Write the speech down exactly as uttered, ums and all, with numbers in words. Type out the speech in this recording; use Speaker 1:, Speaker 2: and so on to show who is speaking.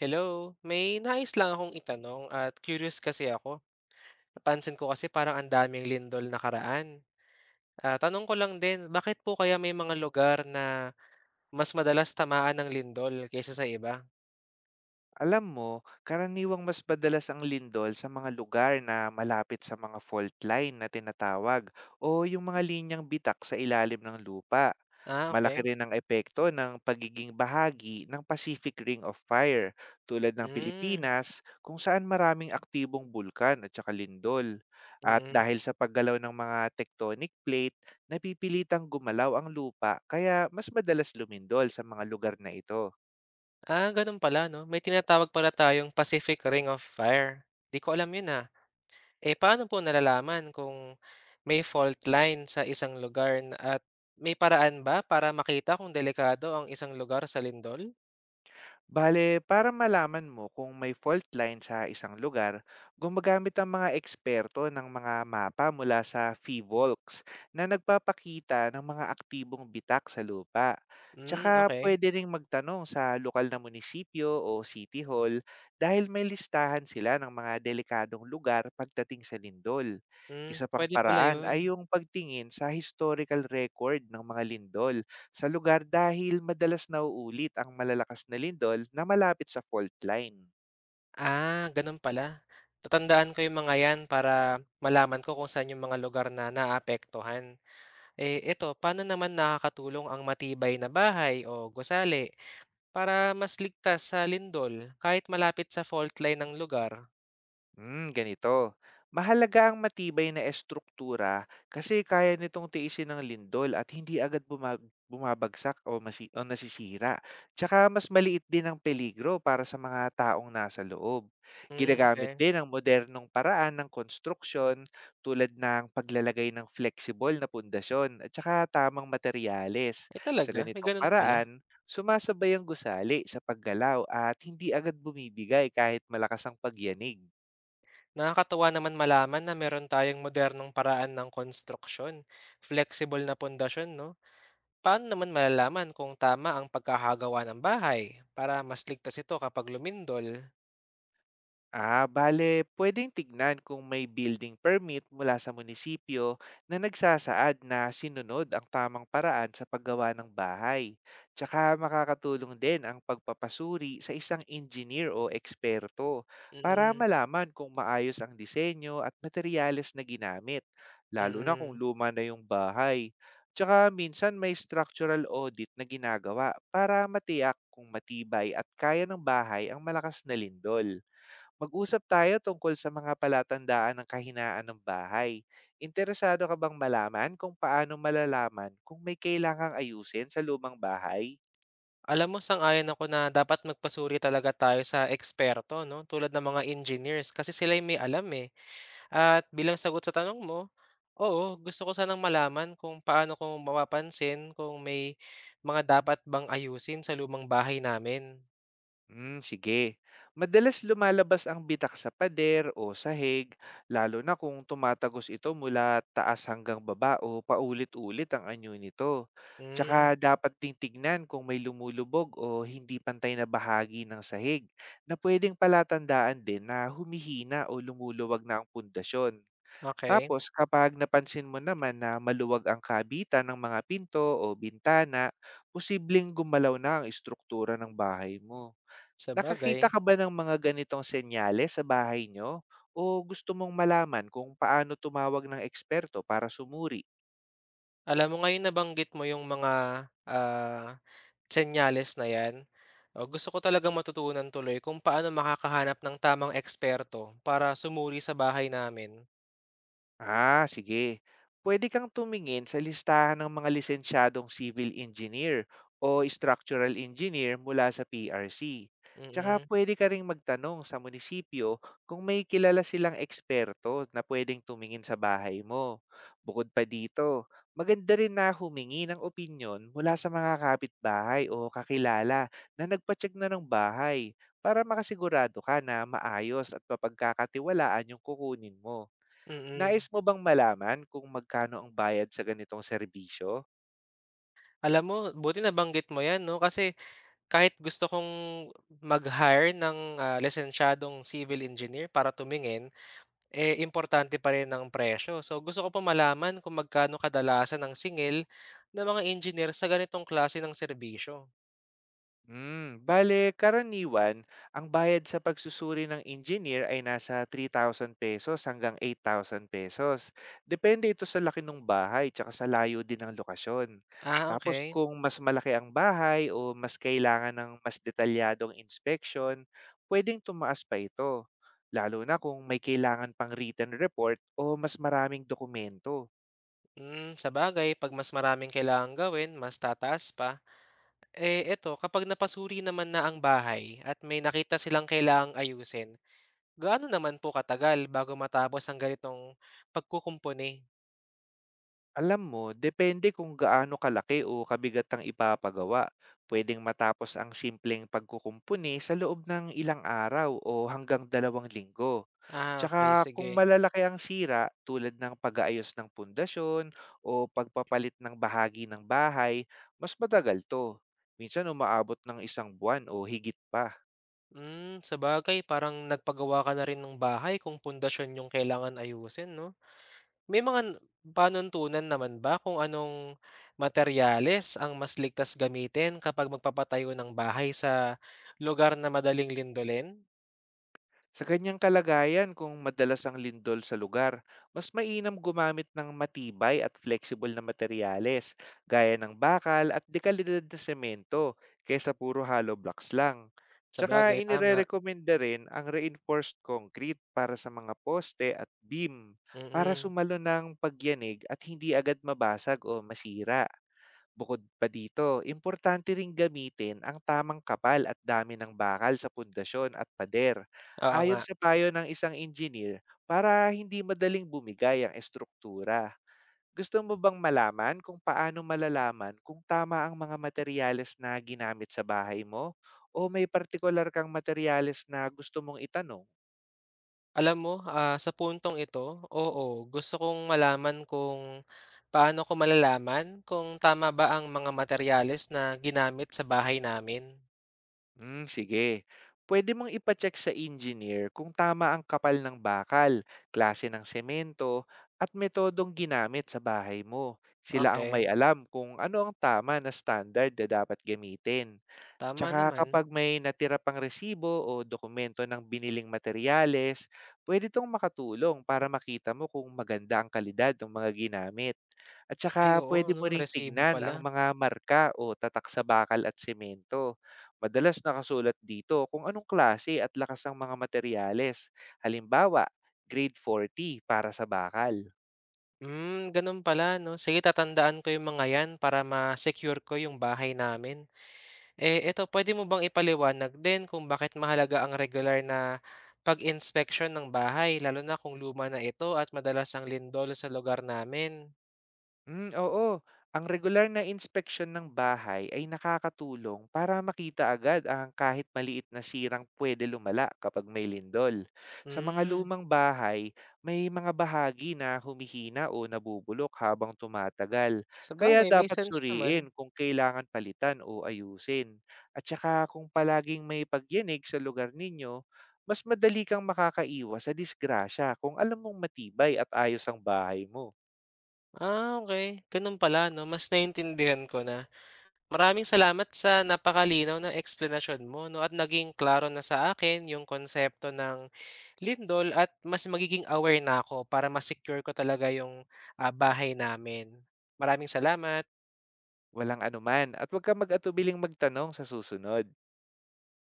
Speaker 1: Hello, may nais lang akong itanong at curious kasi ako. Napansin ko kasi parang ang daming lindol nakaraan. Ah, tanong ko lang din, bakit po kaya may mga lugar na mas madalas tamaan ng lindol kaysa sa iba?
Speaker 2: Alam mo, karaniwang mas madalas ang lindol sa mga lugar na malapit sa mga fault line na tinatawag, o yung mga linyang bitak sa ilalim ng lupa.
Speaker 1: Ah,
Speaker 2: Malaki
Speaker 1: okay.
Speaker 2: rin ang epekto ng pagiging bahagi ng Pacific Ring of Fire, tulad ng
Speaker 1: Mm,
Speaker 2: Pilipinas, kung saan maraming aktibong bulkan at saka lindol. At
Speaker 1: mm.
Speaker 2: dahil sa paggalaw ng mga tectonic plate, napipilitang gumalaw ang lupa kaya mas madalas lumindol sa mga lugar na ito.
Speaker 1: Ah, ganun pala, no? May tinatawag pala tayong Pacific Ring of Fire. Di ko alam yun ah. Eh, paano po nalalaman kung may fault line sa isang lugar na- at may paraan ba para makita kung delikado ang isang lugar sa lindol?
Speaker 2: Bale, para malaman mo kung may fault line sa isang lugar, gumagamit ang mga eksperto ng mga mapa mula sa FIVOLX na nagpapakita ng mga aktibong bitak sa lupa.
Speaker 1: Hmm,
Speaker 2: Tsaka
Speaker 1: okey.
Speaker 2: pwede ring magtanong sa lokal na munisipyo o city hall dahil may listahan sila ng mga delikadong lugar pagdating sa lindol.
Speaker 1: Hmm,
Speaker 2: Isa pang
Speaker 1: puwede pala
Speaker 2: paraan ay
Speaker 1: 'yun.
Speaker 2: yung pagtingin sa historical record ng mga lindol sa lugar dahil madalas nauulit ang malalakas na lindol na malapit sa fault line.
Speaker 1: Ah, gano'n pala. Tatandaan ko 'yung mga 'yan para malaman ko kung saan 'yung mga lugar na naapektuhan. Eh, eto paano naman nakakatulong ang matibay na bahay o gusali para mas ligtas sa lindol kahit malapit sa fault line ng lugar?
Speaker 2: Hmm, ganito. Mahalaga ang matibay na estruktura kasi kaya nitong tiisin ng lindol at hindi agad bumag- bumabagsak o, masi- o nasisira. Tsaka mas maliit din ang peligro para sa mga taong nasa loob.
Speaker 1: Hmm,
Speaker 2: Ginagamit
Speaker 1: okey.
Speaker 2: din ang modernong paraan ng konstruksyon, tulad ng paglalagay ng flexible na pundasyon at tsaka tamang materyales.
Speaker 1: Ay
Speaker 2: Sa
Speaker 1: talaga, may
Speaker 2: ganitong
Speaker 1: gano'n pala.
Speaker 2: paraan, sumasabay ang gusali sa paggalaw at hindi agad bumibigay kahit malakas ang pagyanig.
Speaker 1: Nakakatuwa naman malaman na meron tayong modernong paraan ng konstruksyon, flexible na pundasyon 'no? Paano naman malalaman kung tama ang pagkakagawa ng bahay para mas ligtas ito kapag lumindol?
Speaker 2: Ah, bale, pwedeng tignan kung may building permit mula sa munisipyo na nagsasaad na sinunod ang tamang paraan sa paggawa ng bahay. Tsaka makakatulong din ang pagpapasuri sa isang engineer o eksperto para
Speaker 1: Mm,
Speaker 2: malaman kung maayos ang disenyo at materyales na ginamit, lalo na kung
Speaker 1: mm.
Speaker 2: luma na yung bahay. Tsaka minsan may structural audit na ginagawa para matiyak kung matibay at kaya ng bahay ang malakas na lindol. Mag-usap tayo tungkol sa mga palatandaan ng kahinaan ng bahay. Interesado ka bang malaman kung paano malalaman kung may kailangang ayusin sa lumang bahay?
Speaker 1: Alam mo, sang-ayon ako na dapat magpasuri talaga tayo sa eksperto, no? Tulad ng mga engineers kasi sila yung may alam eh. At bilang sagot sa tanong mo, oo, gusto ko sanang malaman kung paano ko mapapansin kung may mga dapat bang ayusin sa lumang bahay namin.
Speaker 2: Hmm, sige. Madalas lumalabas ang bitak sa pader o sahig, lalo na kung tumatagos ito mula taas hanggang baba o paulit-ulit ang anyo nito.
Speaker 1: Mm,
Speaker 2: Tsaka dapat ding tignan kung may lumulubog o hindi pantay na bahagi ng sahig na pwedeng palatandaan din na humihina o lumuluwag na ang pundasyon.
Speaker 1: okay,
Speaker 2: Tapos kapag napansin mo naman na maluwag ang kabitan ng mga pinto o bintana, posibleng gumalaw na ang istruktura ng bahay mo.
Speaker 1: sa
Speaker 2: Nakakita
Speaker 1: bagay.
Speaker 2: ka ba ng mga ganitong senyales sa bahay niyo o gusto mong malaman kung paano tumawag ng eksperto para sumuri?
Speaker 1: Alam mo ngayon nabanggit mo yung mga, ah, senyales na 'yan. Oh, gusto ko talagang matutunan tuloy kung paano makakahanap ng tamang eksperto para sumuri sa bahay namin.
Speaker 2: Ah, sige. Pwede kang tumingin sa listahan ng mga lisensyadong civil engineer o structural engineer mula sa P R C. Tsaka
Speaker 1: Mm,
Speaker 2: pwede ka ring magtanong sa munisipyo kung may kilala silang eksperto na pwedeng tumingin sa bahay mo. Bukod pa dito, maganda rin na humingi ng opinyon mula sa mga kapitbahay o kakilala na nagpacheck na ng bahay para makasigurado ka na maayos at mapagkakatiwalaan yung kukunin mo. Nais
Speaker 1: mm.
Speaker 2: mo bang malaman kung magkano ang bayad sa ganitong serbisyo?
Speaker 1: Alam mo buti nabanggit mo 'yan 'no, kasi kahit gusto kong mag-hire ng, ah, lisensyadong civil engineer para tumingin, eh, importante pa rin ang presyo. So, gusto ko pa malaman kung magkano kadalasan ang singil ng mga engineer sa ganitong klase ng serbisyo.
Speaker 2: Hmm, bale karaniwan ang bayad sa pagsusuri ng engineer ay nasa three thousand pesos hanggang eight thousand pesos. Depende ito sa laki ng bahay tsaka sa layo din ng lokasyon.
Speaker 1: Ah,
Speaker 2: Tapos
Speaker 1: okey.
Speaker 2: kung mas malaki ang bahay o mas kailangan ng mas detalyadong inspection, pwedeng tumaas pa ito. Lalo na kung may kailangan pang written report o mas maraming dokumento.
Speaker 1: Hmm, bagay 'pag mas maraming kailangang gawin, mas tataas pa. Eh, eto kapag napasuri naman na ang bahay at may nakita silang kailangang ayusin, gaano naman po katagal bago matapos ang ganitong pagkukumpuni?
Speaker 2: Alam mo, depende kung gaano kalaki o kabigat ang ipapagawa. Pwedeng matapos ang simpleng pagkukumpuni sa loob ng ilang araw o hanggang dalawang linggo.
Speaker 1: Ah, okay,
Speaker 2: Tsaka kung
Speaker 1: sige.
Speaker 2: malalaki ang sira tulad ng pag-aayos ng pundasyon o pagpapalit ng bahagi ng bahay, mas matagal to. Minsan umaabot ng isang buwan o higit pa.
Speaker 1: Hmm, bagay parang nagpagawa ka na rin ng bahay kung pundasyon yung kailangan ayusin 'no? May mga panuntunan naman ba kung anong materyales ang mas ligtas gamitin kapag magpapatayo ng bahay sa lugar na madaling lindolin?
Speaker 2: Sa kanyang kalagayan, kung madalas ang lindol sa lugar, mas mainam gumamit ng matibay at flexible na materyales, gaya ng bakal at dekalidad na semento, kaysa puro hollow blocks lang. Tsaka
Speaker 1: Sabagay tama,
Speaker 2: inirerekomenda rin ang reinforced concrete para sa mga poste at beam para
Speaker 1: mm,
Speaker 2: sumalo ng pagyanig at hindi agad mabasag o masira. Bukod pa dito, importante ring gamitin ang tamang kapal at dami ng bakal sa pundasyon at pader
Speaker 1: oo nga.
Speaker 2: ayon sa payo ng isang engineer para hindi madaling bumigay ang estruktura. Gusto mo bang malaman kung paano malalaman kung tama ang mga materyales na ginamit sa bahay mo? O may partikular kang materyales na gusto mong itanong?
Speaker 1: Alam mo, ah, sa puntong ito, oo, gusto kong malaman kung paano ko malalaman kung tama ba ang mga materyales na ginamit sa bahay namin.
Speaker 2: Hmm, sige. Pwede mong ipacheck sa engineer kung tama ang kapal ng bakal, klase ng semento, at metodong ginamit sa bahay mo. Sila ang may
Speaker 1: Okay,
Speaker 2: alam kung ano ang tama na standard na dapat gamitin.
Speaker 1: tama
Speaker 2: Tsaka
Speaker 1: naman.
Speaker 2: kapag may natira pang resibo o dokumento ng biniling materyales, pwede itong makatulong para makita mo kung maganda ang kalidad ng mga ginamit. At
Speaker 1: Ay
Speaker 2: tsaka
Speaker 1: oo
Speaker 2: pwede
Speaker 1: 'no,
Speaker 2: mo ring
Speaker 1: resibo
Speaker 2: tignan
Speaker 1: pala.
Speaker 2: ang mga marka o tatak sa bakal at semento. Madalas nakasulat dito kung anong klase at lakas ng mga materyales. Halimbawa, grade forty para sa bakal.
Speaker 1: Hmm, ganun pala 'no. Sige tatandaan ko yung mga 'yan para ma-secure ko yung bahay namin. Eh, eto puwede mo bang ipaliwanag din kung bakit mahalaga ang regular na pag inspection ng bahay lalo na kung luma na ito at madalas ang lindol sa lugar namin?
Speaker 2: Hmm, oo. Ang regular na inspeksyon ng bahay ay nakakatulong para makita agad ang kahit maliit na sirang pwede lumala kapag may lindol. Sa mga
Speaker 1: Hmm,
Speaker 2: lumang bahay, may mga bahagi na humihina o nabubulok habang tumatagal. Kaya
Speaker 1: sabagay may
Speaker 2: dapat
Speaker 1: sense naman.
Speaker 2: suriin kung kailangan palitan o ayusin. At saka kung palaging may pagyanig sa lugar ninyo, mas madali kang makakaiwas sa disgrasya kung alam mong matibay at ayos ang bahay mo.
Speaker 1: Ah, okay, ganun pala 'no, mas naintindihan ko na. Maraming salamat sa napakalinaw ng explanation mo 'no, at naging klaro na sa akin yung konsepto ng lindol at mas magiging aware na ako para mas secure ko talaga yung, ah, bahay namin. Maraming salamat.
Speaker 2: Walang anuman, at huwag kang mag-atubiling magtanong sa susunod.